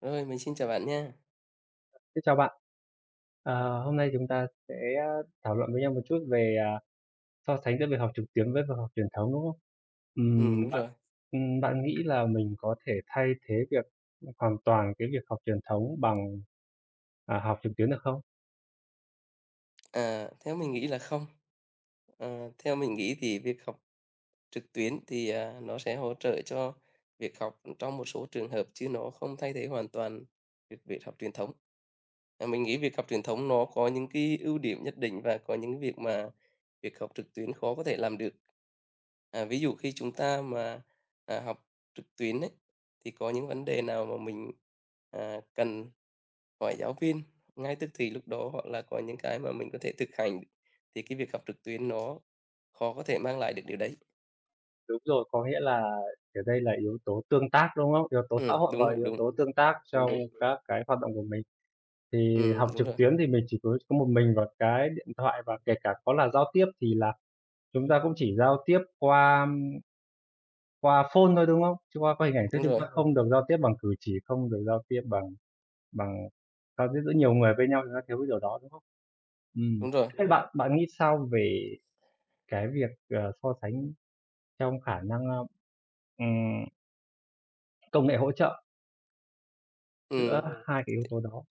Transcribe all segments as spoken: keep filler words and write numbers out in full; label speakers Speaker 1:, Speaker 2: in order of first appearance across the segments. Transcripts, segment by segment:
Speaker 1: Rồi, mình xin chào bạn nha.
Speaker 2: Xin chào bạn. Ờ, hôm nay chúng ta sẽ thảo luận với nhau một chút về, à, so sánh giữa việc học trực tuyến với việc học truyền thống, đúng không?
Speaker 1: Ừ, đúng
Speaker 2: Ừm, bạn
Speaker 1: rồi.
Speaker 2: ừm, bạn nghĩ là mình có thể thay thế việc hoàn toàn cái việc học truyền thống bằng, à, học trực tuyến được không?
Speaker 1: À, theo mình nghĩ là không. Ờ, theo mình nghĩ thì việc học trực tuyến thì, à, nó sẽ hỗ trợ cho việc học trong một số trường hợp chứ nó không thay thế hoàn toàn việc việc học truyền thống. À, mình nghĩ việc học truyền thống nó có những cái ưu điểm nhất định và có những việc mà việc học trực tuyến khó có thể làm được. À, ví dụ khi chúng ta mà, à, học trực tuyến ấy, thì có những vấn đề nào mà mình, à, cần hỏi giáo viên ngay tức thì lúc đó, hoặc là có những cái mà mình có thể thực hành thì cái việc học trực tuyến nó khó có thể mang lại được điều đấy.
Speaker 2: Đúng rồi, có nghĩa là ở đây là yếu tố tương tác, đúng không? Yếu tố xã
Speaker 1: Ừm,
Speaker 2: hội
Speaker 1: đúng
Speaker 2: và
Speaker 1: rồi,
Speaker 2: yếu
Speaker 1: đúng,
Speaker 2: tố tương tác
Speaker 1: đúng,
Speaker 2: trong
Speaker 1: đúng.
Speaker 2: các cái hoạt động của mình. Thì
Speaker 1: Ừm,
Speaker 2: học
Speaker 1: đúng
Speaker 2: trực
Speaker 1: rồi,
Speaker 2: tuyến thì mình chỉ có có một mình vào cái điện thoại và kể cả có là giao tiếp thì là chúng ta cũng chỉ giao tiếp qua qua phone thôi, đúng không? Chứ qua qua hình ảnh thôi
Speaker 1: đúng
Speaker 2: chúng
Speaker 1: rồi,
Speaker 2: ta Ờ. không được giao tiếp bằng cử chỉ, không được giao tiếp bằng bằng giao tiếp giữa nhiều người với nhau, chúng ta thiếu cái điều đó, đúng không? Ừm.
Speaker 1: đúng rồi.
Speaker 2: Thế bạn bạn nghĩ sao về cái việc, ờ, so sánh trong khả năng, ơ, ừm, công nghệ hỗ trợ giữa
Speaker 1: Ừm.
Speaker 2: Ờ. hai cái yếu tố đó?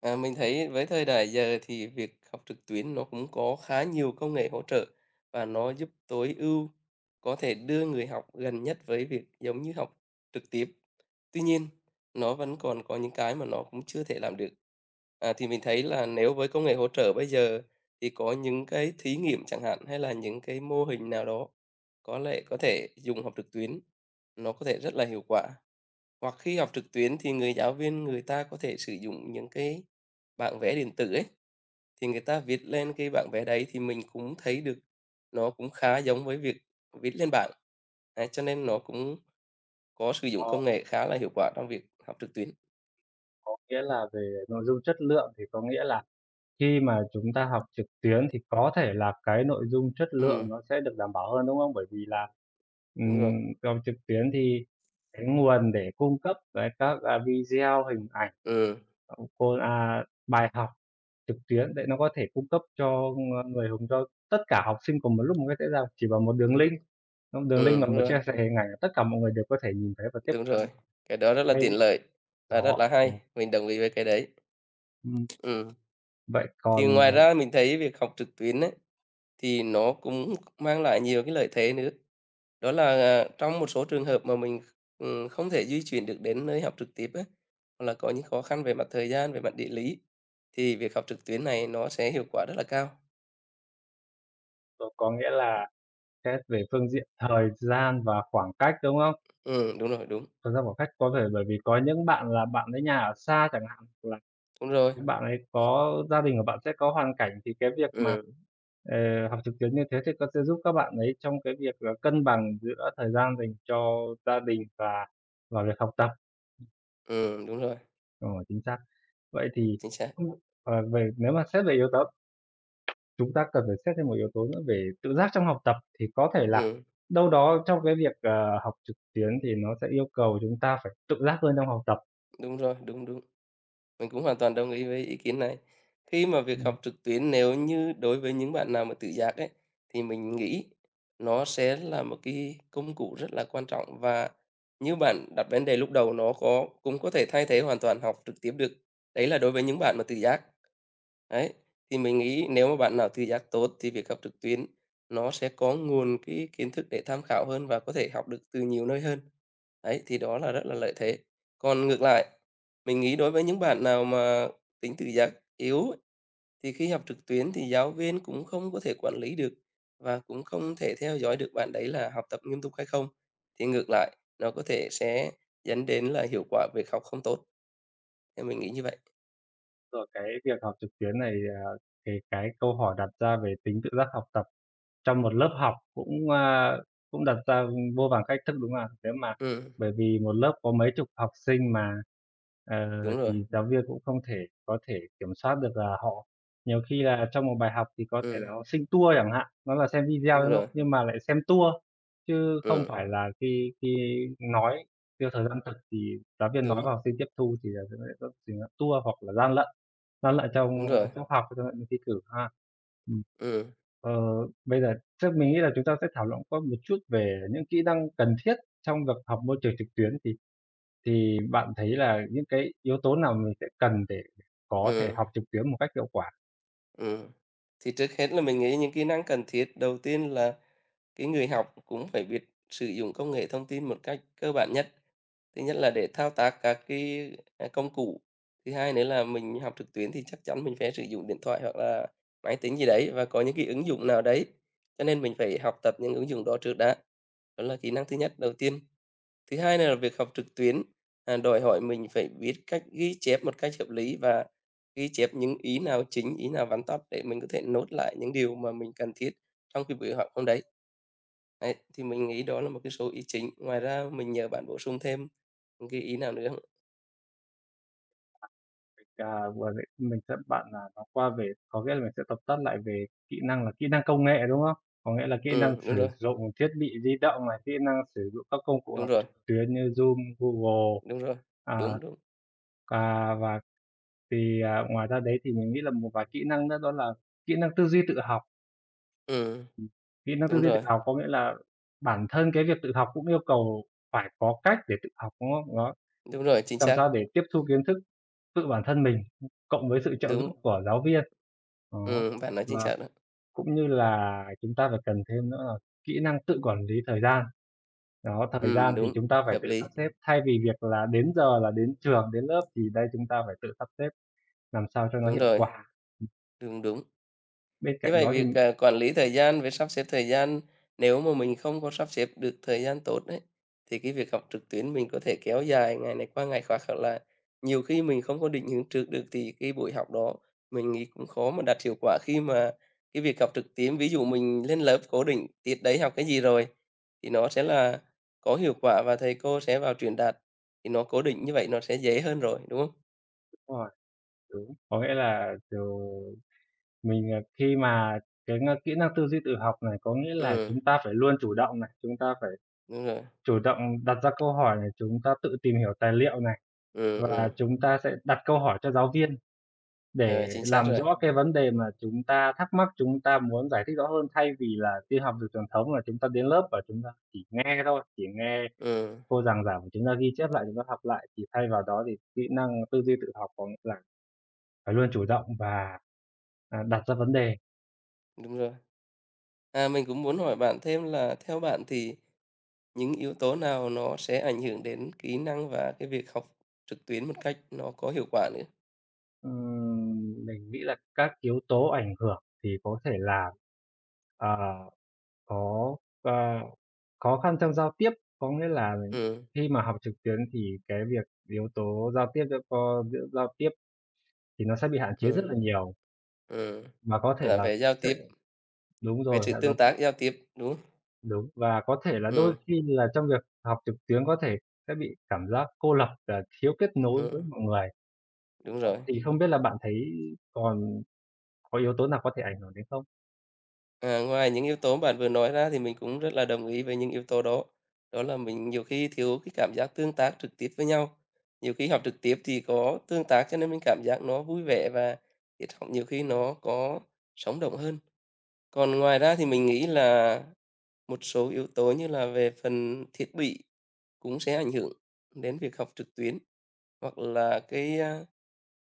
Speaker 1: À, mình thấy với thời đại giờ thì việc học trực tuyến nó cũng có khá nhiều công nghệ hỗ trợ và nó giúp tối ưu, có thể đưa người học gần nhất với việc giống như học trực tiếp. Tuy nhiên, nó vẫn còn có những cái mà nó cũng chưa thể làm được. À, thì mình thấy là nếu với công nghệ hỗ trợ bây giờ thì có những cái thí nghiệm chẳng hạn, hay là những cái mô hình nào đó có lẽ có thể dùng học trực tuyến, nó có thể rất là hiệu quả. Hoặc khi học trực tuyến thì người giáo viên người ta có thể sử dụng những cái bảng vẽ điện tử ấy, thì người ta viết lên cái bảng vẽ đấy thì mình cũng thấy được nó cũng khá giống với việc viết lên bảng. Đấy, cho nên nó cũng có sử dụng
Speaker 2: Có
Speaker 1: công nghệ khá là hiệu quả trong việc học trực tuyến.
Speaker 2: có nghĩa là về nội dung chất lượng, thì có nghĩa là khi mà chúng ta học trực tuyến thì có thể là cái nội dung chất lượng
Speaker 1: Ừm,
Speaker 2: nó sẽ được đảm bảo hơn, đúng không? Bởi vì là Ừm,
Speaker 1: đúng rồi.
Speaker 2: học trực tuyến thì cái nguồn để cung cấp cái các, à, video, hình ảnh,
Speaker 1: Ừ,
Speaker 2: ờ, cô à, bài học trực tuyến để nó có thể cung cấp cho ng người hùng cho tất cả học sinh cùng một lúc một cách dễ dàng chỉ bằng một đường
Speaker 1: đúng.
Speaker 2: link. Không, đường
Speaker 1: Ừ,
Speaker 2: link và
Speaker 1: đúng
Speaker 2: một
Speaker 1: rồi,
Speaker 2: chia sẻ hình ảnh tất cả mọi người đều có thể nhìn thấy và tiếp
Speaker 1: đúng
Speaker 2: cận
Speaker 1: rồi. Cái đó rất là
Speaker 2: ngay
Speaker 1: tiện lợi và rất
Speaker 2: đó.
Speaker 1: là
Speaker 2: Ừ.
Speaker 1: hay, mình đồng ý với cái đấy.
Speaker 2: Ừm,
Speaker 1: Ừm.
Speaker 2: vậy
Speaker 1: Thì
Speaker 2: còn,
Speaker 1: ngoài
Speaker 2: ờ,
Speaker 1: ra mình thấy việc học trực tuyến ấy, thì nó cũng mang lại nhiều cái lợi thế nữa. Đó là, à, trong một số trường hợp mà mình, ừm, không thể di chuyển được đến nơi học trực tiếp á, hoặc là có những khó khăn về mặt thời gian, về mặt địa lý, thì việc học trực tuyến này nó sẽ hiệu quả rất là cao.
Speaker 2: có có nghĩa là xét về phương diện thời gian và khoảng cách, đúng không?
Speaker 1: Ừm, đúng rồi, đúng,
Speaker 2: Thời gian, khoảng cách, có thể bởi vì có những bạn là bạn ấy nhà ở xa chẳng hạn, là
Speaker 1: đúng rồi.
Speaker 2: những bạn ấy có gia đình, của bạn sẽ có hoàn cảnh, thì cái việc mà,
Speaker 1: Ừm,
Speaker 2: ờ, học trực tuyến như thế thì có sẽ giúp các bạn ấy trong cái việc là cân bằng giữa thời gian dành cho gia đình và và việc học tập.
Speaker 1: ừm, đúng rồi,
Speaker 2: Ờ, chính xác. Vậy thì
Speaker 1: chính xác.
Speaker 2: không ờ, về nếu mà xét về yếu tố, chúng ta cần phải xét thêm một yếu tố nữa về tự giác trong học tập, thì có thể là
Speaker 1: Ừm,
Speaker 2: đâu đó trong cái việc, ờ, học trực tuyến thì nó sẽ yêu cầu chúng ta phải tự giác hơn trong học tập.
Speaker 1: đúng rồi, đúng, đúng. Mình cũng hoàn toàn đồng ý với ý kiến này. Khi mà việc học trực tuyến, nếu như đối với những bạn nào mà tự giác ấy, thì mình nghĩ nó sẽ là một cái công cụ rất là quan trọng, và như bạn đặt vấn đề lúc đầu, nó có cũng có thể thay thế hoàn toàn học trực tiếp được. Đấy là đối với những bạn mà tự giác. Đấy, thì mình nghĩ nếu mà bạn nào tự giác tốt thì việc học trực tuyến nó sẽ có nguồn cái kiến thức để tham khảo hơn và có thể học được từ nhiều nơi hơn. Đấy, thì đó là rất là lợi thế. Còn ngược lại, mình nghĩ đối với những bạn nào mà tính tự giác yếu thì khi học trực tuyến thì giáo viên cũng không có thể quản lý được và cũng không thể theo dõi được bạn đấy là học tập nghiêm túc hay không. Thì ngược lại, nó có thể sẽ dẫn đến là hiệu quả việc học không tốt, theo mình nghĩ như vậy.
Speaker 2: Rồi cái việc học trực tuyến này, à, thì cái câu hỏi đặt ra về tính tự giác học tập trong một lớp học cũng, a, cũng đặt ra vô vàn thách thức, đúng không ạ? Nếu mà
Speaker 1: Ừm,
Speaker 2: bởi vì một lớp có mấy chục học sinh mà, ờ,
Speaker 1: đúng rồi,
Speaker 2: thì giáo viên cũng không thể có thể kiểm soát được là họ, nhiều khi là trong một bài học thì có thể
Speaker 1: ừm,
Speaker 2: là học sinh tua chẳng hạn, nó là xem video,
Speaker 1: đúng
Speaker 2: đúng
Speaker 1: rồi,
Speaker 2: không? Nhưng mà lại xem tua, chứ không
Speaker 1: ừm,
Speaker 2: phải là khi khi nói theo thời gian thực, thì giáo viên nói
Speaker 1: đúng,
Speaker 2: và học sinh tiếp thu, thì là sẽ có tình trạng tua hoặc là gian lận. Nó lại trong,
Speaker 1: đúng
Speaker 2: ơ,
Speaker 1: rồi,
Speaker 2: trong học rồi lại mình thi cử ha. Ừm.
Speaker 1: ừm,
Speaker 2: Ờ, bây giờ chắc mình nghĩ là chúng ta sẽ thảo luận qua một chút về những kỹ năng cần thiết trong việc học môi trường trực tuyến, thì thì bạn thấy là những cái yếu tố nào mình sẽ cần để có thể
Speaker 1: ừm,
Speaker 2: học trực tuyến một cách hiệu quả?
Speaker 1: ừm. Thì trước hết là mình nghĩ những kỹ năng cần thiết đầu tiên là cái người học cũng phải biết sử dụng công nghệ thông tin một cách cơ bản nhất. Thứ nhất là để thao tác các cái, à, công cụ. Thứ hai nữa là mình học trực tuyến thì chắc chắn mình phải sử dụng điện thoại hoặc là máy tính gì đấy và có những cái ứng dụng nào đấy, cho nên mình phải học tập những ứng dụng đó trước đã. Đó là kỹ năng thứ nhất, đầu tiên. Thứ hai là việc học trực tuyến, à, đòi hỏi mình phải biết cách ghi chép một cách hợp lý và ghi chép những ý nào chính, ý nào vắn tắt để mình có thể nốt lại những điều mà mình cần thiết trong cái buổi học hôm đấy. Đấy, thì mình nghĩ đó là một cái số ý chính, ngoài ra mình nhờ bạn bổ sung thêm những cái ý nào nữa không?
Speaker 2: À, vừa nãy mình sẽ bạn, là nó qua về, có nghĩa là mình sẽ tóm tắt lại về kỹ năng là kỹ năng công nghệ, đúng không? Có nghĩa là kỹ năng
Speaker 1: Ừm, đúng
Speaker 2: sử
Speaker 1: rồi,
Speaker 2: dụng thiết bị di động này, kỹ năng sử dụng các công cụ
Speaker 1: đúng
Speaker 2: học
Speaker 1: rồi,
Speaker 2: trực tuyến như Zoom, Google,
Speaker 1: đúng rồi,
Speaker 2: à,
Speaker 1: đúng, đúng.
Speaker 2: à, và thì, à, ngoài ra đấy thì mình nghĩ là một vài kỹ năng nữa, đó là kỹ năng tư duy tự học.
Speaker 1: Ừm,
Speaker 2: Kỹ năng tư
Speaker 1: đúng
Speaker 2: duy tự
Speaker 1: rồi,
Speaker 2: học có nghĩa là bản thân cái việc tự học cũng yêu cầu phải có cách để tự học, đúng không? Đó,
Speaker 1: đúng rồi, chính
Speaker 2: làm
Speaker 1: xác,
Speaker 2: sao để tiếp thu kiến thức tự bản thân mình, cộng với sự trợ
Speaker 1: đúng,
Speaker 2: giúp của giáo viên. Đó,
Speaker 1: ừm, bạn nói chính
Speaker 2: và
Speaker 1: xác đó.
Speaker 2: cũng như là chúng ta phải cần thêm nữa là kỹ năng tự quản lý thời gian. Đó, thời
Speaker 1: Ừm,
Speaker 2: gian thì
Speaker 1: đúng,
Speaker 2: chúng ta phải
Speaker 1: hợp
Speaker 2: tự sắp
Speaker 1: lý,
Speaker 2: xếp, thay vì việc là đến giờ là đến trường, đến lớp, thì đây chúng ta phải tự sắp xếp làm sao cho nó
Speaker 1: đúng
Speaker 2: hiệu
Speaker 1: rồi,
Speaker 2: quả.
Speaker 1: đúng, đúng.
Speaker 2: Bên
Speaker 1: Như
Speaker 2: cạnh
Speaker 1: vậy
Speaker 2: đó thì
Speaker 1: việc, à, quản lý thời gian với sắp xếp thời gian, nếu mà mình không có sắp xếp được thời gian tốt đấy thì cái việc học trực tuyến mình có thể kéo dài ngày này qua ngày khác, hoặc là nhiều khi mình không có định hướng trước được thì cái buổi học đó mình nghĩ cũng khó mà đạt hiệu quả. Khi mà cái việc học trực tuyến, ví dụ mình lên lớp cố định tiết đấy học cái gì rồi, thì nó sẽ là có hiệu quả và thầy cô sẽ vào truyền đạt, thì nó cố định như vậy nó sẽ dễ hơn rồi, đúng không?
Speaker 2: ờ, đúng, có nghĩa là, ờ, mình, à, khi mà cái ng kỹ năng tư duy tự học này có nghĩa là
Speaker 1: Ừm,
Speaker 2: chúng ta phải luôn chủ động này, chúng ta phải
Speaker 1: đúng rồi.
Speaker 2: chủ động đặt ra câu hỏi này, chúng ta tự tìm hiểu tài liệu này,
Speaker 1: Ừm,
Speaker 2: và
Speaker 1: ừm,
Speaker 2: chúng ta sẽ đặt câu hỏi cho giáo viên
Speaker 1: ờ,
Speaker 2: để
Speaker 1: chính xác
Speaker 2: làm
Speaker 1: rồi.
Speaker 2: rõ cái vấn đề mà chúng ta thắc mắc, chúng ta muốn giải thích rõ hơn, thay vì là đi học được truyền thống là chúng ta đến lớp và chúng ta chỉ nghe thôi, chỉ nghe
Speaker 1: Ừm,
Speaker 2: cô giảng giảng và chúng ta ghi chép lại, chúng ta học lại, thì thay vào đó thì kỹ năng tư duy tự học có nghĩa là phải luôn chủ động và, à, đặt ra vấn đề.
Speaker 1: đúng rồi. À, mình cũng muốn hỏi bạn thêm là theo bạn thì những yếu tố nào nó sẽ ảnh hưởng đến kỹ năng và cái việc học trực tuyến một cách nó có hiệu quả nữa?
Speaker 2: Ừm, mình nghĩ là các yếu tố ảnh hưởng thì có thể là, ờ, có, ờ, khó khăn trong giao tiếp, có nghĩa là mình-
Speaker 1: Ừ,
Speaker 2: khi mà học trực tuyến thì cái việc yếu tố giao tiếp giữa co giữa giao tiếp thì nó sẽ bị hạn chế rất
Speaker 1: ừ,
Speaker 2: là nhiều,
Speaker 1: ừ.
Speaker 2: và có thể
Speaker 1: Là
Speaker 2: là
Speaker 1: về giao
Speaker 2: sẽ
Speaker 1: tiếp,
Speaker 2: đúng
Speaker 1: về
Speaker 2: rồi,
Speaker 1: sự
Speaker 2: ngại giao
Speaker 1: tương
Speaker 2: tiếp,
Speaker 1: tác giao tiếp, đúng không?
Speaker 2: đúng. Và có thể là đôi
Speaker 1: Ừ,
Speaker 2: khi là trong việc học trực tuyến có thể sẽ bị cảm giác cô lập và thiếu kết nối với
Speaker 1: ừ,
Speaker 2: mọi người.
Speaker 1: đúng
Speaker 2: Ờ,
Speaker 1: rồi.
Speaker 2: thì không biết là bạn thấy còn có yếu tố nào có thể ảnh hưởng đến không?
Speaker 1: À, ngoài những yếu tố bạn vừa nói ra thì mình cũng rất là đồng ý với những yếu tố đó. Đó là mình nhiều khi thiếu cái cảm giác tương tác trực tiếp với nhau. Nhiều khi học trực tiếp thì có tương tác cho nên mình cảm giác nó vui vẻ và tiết học nhiều khi nó có sống động hơn. Còn ngoài ra thì mình nghĩ là một số yếu tố như là về phần thiết bị cũng sẽ ảnh hưởng đến việc học trực tuyến, hoặc là cái à,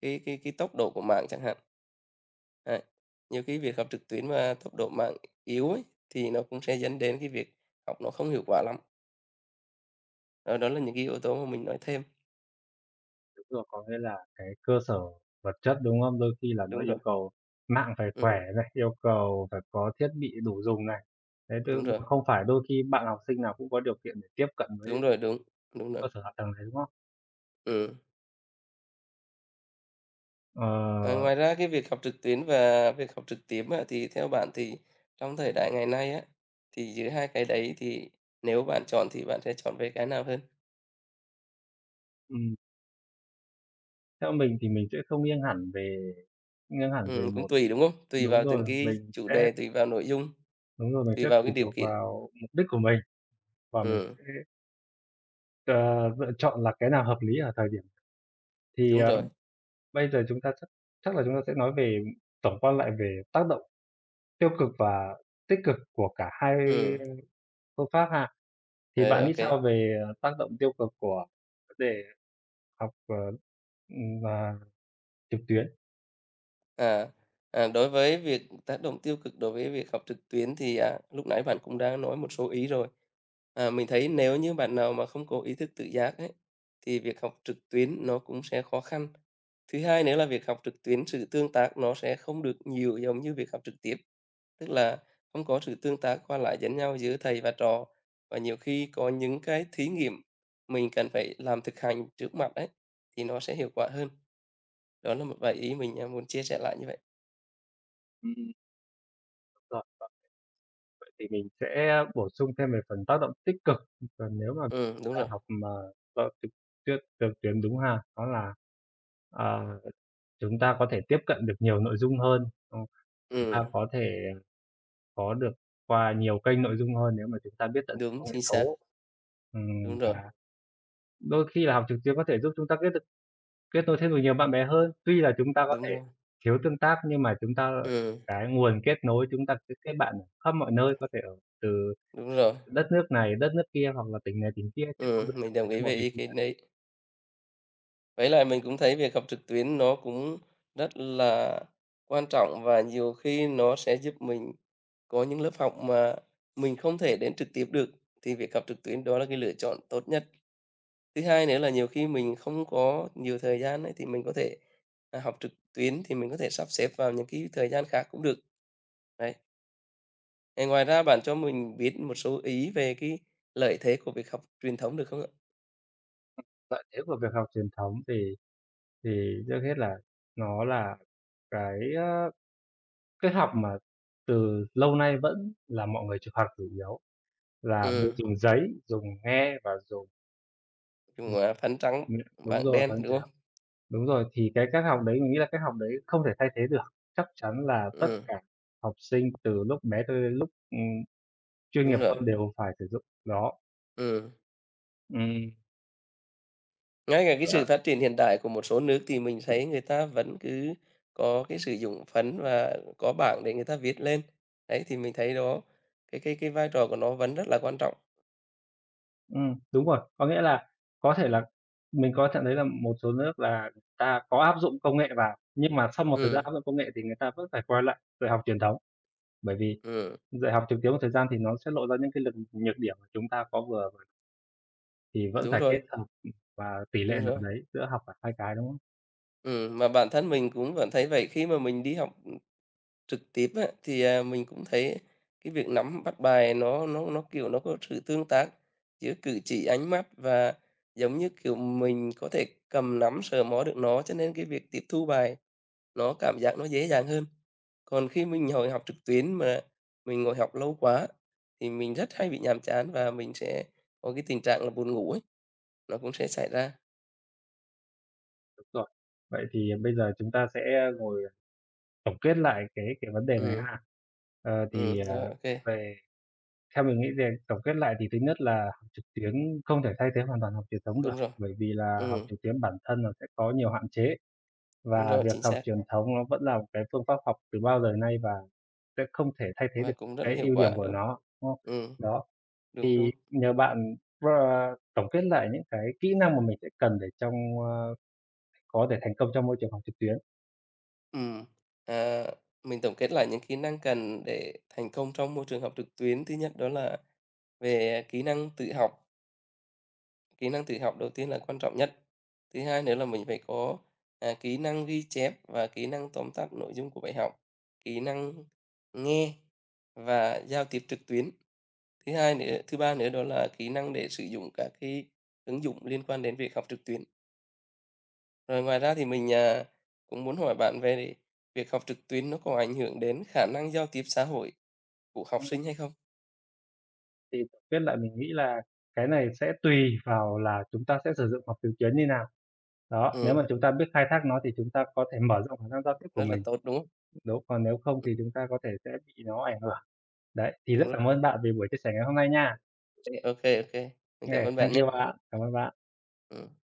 Speaker 1: cái cái cái tốc độ của mạng chẳng hạn. Đấy. Nhiều khi việc học trực tuyến mà tốc độ mạng yếu ấy, thì nó cũng sẽ dẫn đến cái việc học nó không hiệu quả lắm. Đó, đó là những cái yếu tố mà mình nói thêm.
Speaker 2: Đúng rồi, có nghĩa là cái cơ sở vật chất, đúng không? Đôi khi là nó
Speaker 1: Đúng rồi.
Speaker 2: yêu cầu mạng phải khỏe
Speaker 1: Ừm,
Speaker 2: này, yêu cầu phải có thiết bị đủ dùng này. Thế chứ
Speaker 1: đúng rồi,
Speaker 2: không phải đôi khi bạn học sinh nào cũng có điều kiện để tiếp cận với
Speaker 1: đúng rồi, đúng, đúng rồi.
Speaker 2: cơ sở hạ tầng này, đúng không?
Speaker 1: Ừm.
Speaker 2: Ờ,
Speaker 1: À, ngoài ra, cái việc học trực tuyến và việc học trực tiếp á, thì theo bạn thì trong thời đại ngày nay á, thì giữa hai cái đấy thì nếu bạn chọn thì bạn sẽ chọn về cái nào hơn?
Speaker 2: ừm, Theo mình thì mình sẽ không nghiêng hẳn về nghiêng hẳn về
Speaker 1: Ừm, cũng
Speaker 2: một
Speaker 1: tùy, đúng không? Tùy
Speaker 2: đúng
Speaker 1: vào
Speaker 2: rồi,
Speaker 1: từng cái
Speaker 2: mình
Speaker 1: chủ
Speaker 2: sẽ
Speaker 1: đề, tùy vào nội dung,
Speaker 2: đúng rồi, mình
Speaker 1: tùy
Speaker 2: sẽ
Speaker 1: vào
Speaker 2: tùy
Speaker 1: cái điều
Speaker 2: thuộc
Speaker 1: kiện.
Speaker 2: vào mục đích của mình, và mình
Speaker 1: Ừm,
Speaker 2: sẽ, ờ, lựa chọn là cái nào hợp lý ở thời điểm, thì,
Speaker 1: đúng
Speaker 2: ờ
Speaker 1: rồi.
Speaker 2: bây giờ chúng ta chắc chắc là chúng ta sẽ nói về tổng quan lại về tác động tiêu cực và tích cực của cả hai
Speaker 1: Ừm,
Speaker 2: phương pháp ha. Thì bạn
Speaker 1: ờ, ô.
Speaker 2: nghĩ sao về, ờ, tác động tiêu cực của vấn đề học, ờ, ừm, à, trực tuyến?
Speaker 1: À, à, Đối với việc tác động tiêu cực đối với việc học trực tuyến thì, à, lúc nãy bạn cũng đã nói một số ý rồi. À, mình thấy nếu như bạn nào mà không có ý thức tự giác ấy, thì việc học trực tuyến nó cũng sẽ khó khăn. Thứ hai nữa là việc học trực tuyến sự tương tác nó sẽ không được nhiều giống như việc học trực tiếp, tức là không có sự tương tác qua lại lẫn nhau giữa thầy và trò, và nhiều khi có những cái thí nghiệm mình cần phải làm thực hành trước mặt ấy, thì nó sẽ hiệu quả hơn. Đó là một vài ý mình, à, muốn chia sẻ lại như vậy.
Speaker 2: Ừm, rồi, rồi. Vậy thì mình sẽ bổ sung thêm về phần tác động tích cực, và nếu mà
Speaker 1: Ừ,
Speaker 2: chúng
Speaker 1: đúng
Speaker 2: ta
Speaker 1: rồi.
Speaker 2: học mà do trực tuyết trực tuyến đúng ha? Đó là, ờ, chúng ta có thể tiếp cận được nhiều nội dung hơn, ờ, chúng
Speaker 1: Ừ,
Speaker 2: ta có thể có được qua nhiều kênh nội dung hơn nếu mà chúng ta biết tận dụng
Speaker 1: đúng,
Speaker 2: công nghệ
Speaker 1: chính xác.
Speaker 2: số. Ừm,
Speaker 1: Đúng rồi,
Speaker 2: và đôi khi là học trực tuyến có thể giúp chúng ta kết được kết nối thêm được nhiều bạn bè hơn. Tuy là chúng ta có
Speaker 1: đúng
Speaker 2: thể
Speaker 1: rồi.
Speaker 2: thiếu tương tác nhưng mà chúng ta
Speaker 1: Ừ,
Speaker 2: cái nguồn kết nối, chúng ta sẽ kết bạn ở khắp mọi nơi, có thể ở từ
Speaker 1: đúng rồi.
Speaker 2: đất nước này, đất nước kia, hoặc là tỉnh này tỉnh kia, chứ không
Speaker 1: Ừ,
Speaker 2: giới
Speaker 1: mình
Speaker 2: hạn
Speaker 1: đồng
Speaker 2: ở
Speaker 1: ý
Speaker 2: trong một
Speaker 1: về
Speaker 2: mình
Speaker 1: ý
Speaker 2: chúng
Speaker 1: kiến
Speaker 2: ta.
Speaker 1: đấy. Với lại mình cũng thấy việc học trực tuyến nó cũng rất là quan trọng và nhiều khi nó sẽ giúp mình có những lớp học mà mình không thể đến trực tiếp được, thì việc học trực tuyến đó là cái lựa chọn tốt nhất. Thứ hai nữa là nhiều khi mình không có nhiều thời gian ấy, thì mình có thể, à, học trực tuyến thì mình có thể sắp xếp vào những cái thời gian khác cũng được, đấy. Thì ngoài ra bạn cho mình biết một số ý về cái lợi thế của việc học truyền thống được không ạ?
Speaker 2: Lợi thế của việc học truyền thống thì thì trước hết là nó là cái, ơ, cái học mà từ lâu nay vẫn là mọi người chịu học chủ yếu. Là mình
Speaker 1: Ừ.
Speaker 2: dùng giấy, dùng nghe và dùng
Speaker 1: Dùng, à, phấn trắng,
Speaker 2: miệng, đúng
Speaker 1: bảng
Speaker 2: rồi,
Speaker 1: đen,
Speaker 2: phấn
Speaker 1: đúng
Speaker 2: trắng.
Speaker 1: không?
Speaker 2: Đúng rồi, thì cái cách học đấy mình nghĩ là cách học đấy không thể thay thế được. Chắc chắn là tất
Speaker 1: Ừ,
Speaker 2: cả học sinh từ lúc bé cho đến lúc, ừm, chuyên
Speaker 1: đúng
Speaker 2: nghiệp
Speaker 1: rồi.
Speaker 2: hơn đều phải sử dụng nó.
Speaker 1: Ừ.
Speaker 2: Ừm,
Speaker 1: Ngay cả cái
Speaker 2: dạ,
Speaker 1: sự phát triển hiện đại của một số nước thì mình thấy người ta vẫn cứ có cái sử dụng phấn và có bảng để người ta viết lên. Đấy, thì mình thấy đó cái cái cái vai trò của nó vẫn rất là quan trọng.
Speaker 2: ừm, đúng rồi, có nghĩa là có thể là mình có thể thấy là một số nước là người ta có áp dụng công nghệ vào, nhưng mà sau một thời
Speaker 1: Ừ.
Speaker 2: gian áp dụng công nghệ thì người ta vẫn phải quay lại dạy học truyền thống, bởi vì
Speaker 1: Ừm,
Speaker 2: dạy học trực tuyến một thời gian thì nó sẽ lộ ra những cái lực nhược điểm mà chúng ta có vừa thì vẫn
Speaker 1: đúng
Speaker 2: phải
Speaker 1: rồi,
Speaker 2: kết hợp, ừm, và tỷ lệ
Speaker 1: đúng
Speaker 2: nào
Speaker 1: rồi.
Speaker 2: đấy giữa học cả hai cái, đúng không?
Speaker 1: Ừ, mà bản thân mình cũng vẫn thấy vậy, khi mà mình đi học trực tiếp á, thì, à, mình cũng thấy cái việc nắm bắt bài nó nó nó, kiểu, nó có sự tương tác giữa cử chỉ, ánh mắt, và giống như, kiểu, mình có thể cầm nắm, sờ mó được nó, cho nên cái việc tiếp thu bài nó cảm giác nó dễ dàng hơn. Còn khi mình ngồi học trực tuyến mà mình ngồi học lâu quá thì mình rất hay bị nhàm chán và mình sẽ có cái tình trạng là buồn ngủ ấy, nó cũng sẽ xảy ra.
Speaker 2: Đúng rồi. Vậy thì ờ, bây giờ chúng ta sẽ ngồi tổng kết lại cái cái vấn đề này
Speaker 1: Ừ.
Speaker 2: ha. Ờ,
Speaker 1: Ừ,
Speaker 2: thì,
Speaker 1: rồi,
Speaker 2: ờ,
Speaker 1: ok.
Speaker 2: về theo mình nghĩ thì tổng kết lại thì thứ nhất là học trực tuyến không thể thay thế hoàn toàn học truyền thống được,
Speaker 1: Đúng rồi.
Speaker 2: bởi vì là học
Speaker 1: Ừ,
Speaker 2: trực tuyến bản thân nó sẽ có nhiều hạn chế,
Speaker 1: đúng
Speaker 2: và
Speaker 1: rồi,
Speaker 2: việc
Speaker 1: chính
Speaker 2: học
Speaker 1: xác
Speaker 2: truyền thống nó vẫn là một cái phương pháp học từ bao đời nay và sẽ không thể thay thế
Speaker 1: và
Speaker 2: được
Speaker 1: cũng rất là
Speaker 2: cái
Speaker 1: hiệu
Speaker 2: ưu điểm
Speaker 1: quả,
Speaker 2: của
Speaker 1: đúng.
Speaker 2: nó, đúng không?
Speaker 1: Ừ,
Speaker 2: Đó.
Speaker 1: đúng,
Speaker 2: Thì
Speaker 1: đúng.
Speaker 2: nhờ bạn r tổng kết lại những cái kỹ năng mà mình sẽ cần để trong, ơ, có thể thành công trong môi trường học trực tuyến.
Speaker 1: Ừm, à, mình tổng kết lại những kỹ năng cần để thành công trong môi trường học trực tuyến. Thứ nhất đó là về kỹ năng tự học, kỹ năng tự học đầu tiên là quan trọng nhất. Thứ hai nữa là mình phải có, à, kỹ năng ghi chép và kỹ năng tóm tắt nội dung của bài học, kỹ năng nghe và giao tiếp trực tuyến. Thứ hai nữa thứ ba nữa đó là kỹ năng để sử dụng các cái ứng dụng liên quan đến việc học trực tuyến. Rồi ngoài ra thì mình, à, cũng muốn hỏi bạn về để việc học trực tuyến nó có ảnh hưởng đến khả năng giao tiếp xã hội của học sinh hay không?
Speaker 2: Thì tổng kết lại mình nghĩ là cái này sẽ tùy vào là chúng ta sẽ sử dụng học trực tuyến như nào. Đó, nếu mà
Speaker 1: Ừm,
Speaker 2: chúng ta biết khai thác nó thì chúng ta có thể mở rộng khả năng giao tiếp của
Speaker 1: rất là
Speaker 2: mình,
Speaker 1: tốt, đúng không?
Speaker 2: đúng, còn nếu không
Speaker 1: Ừm,
Speaker 2: thì chúng ta có thể sẽ bị nó ảnh hưởng. Đấy, thì
Speaker 1: đúng
Speaker 2: rất
Speaker 1: rồi.
Speaker 2: cảm ơn bạn vì buổi chia sẻ ngày hôm nay nha.
Speaker 1: Ô kê. Mình cảm
Speaker 2: Yeah,
Speaker 1: ơn bạn
Speaker 2: thank
Speaker 1: nhé.
Speaker 2: you bạn, cảm ơn bạn.
Speaker 1: Ừm.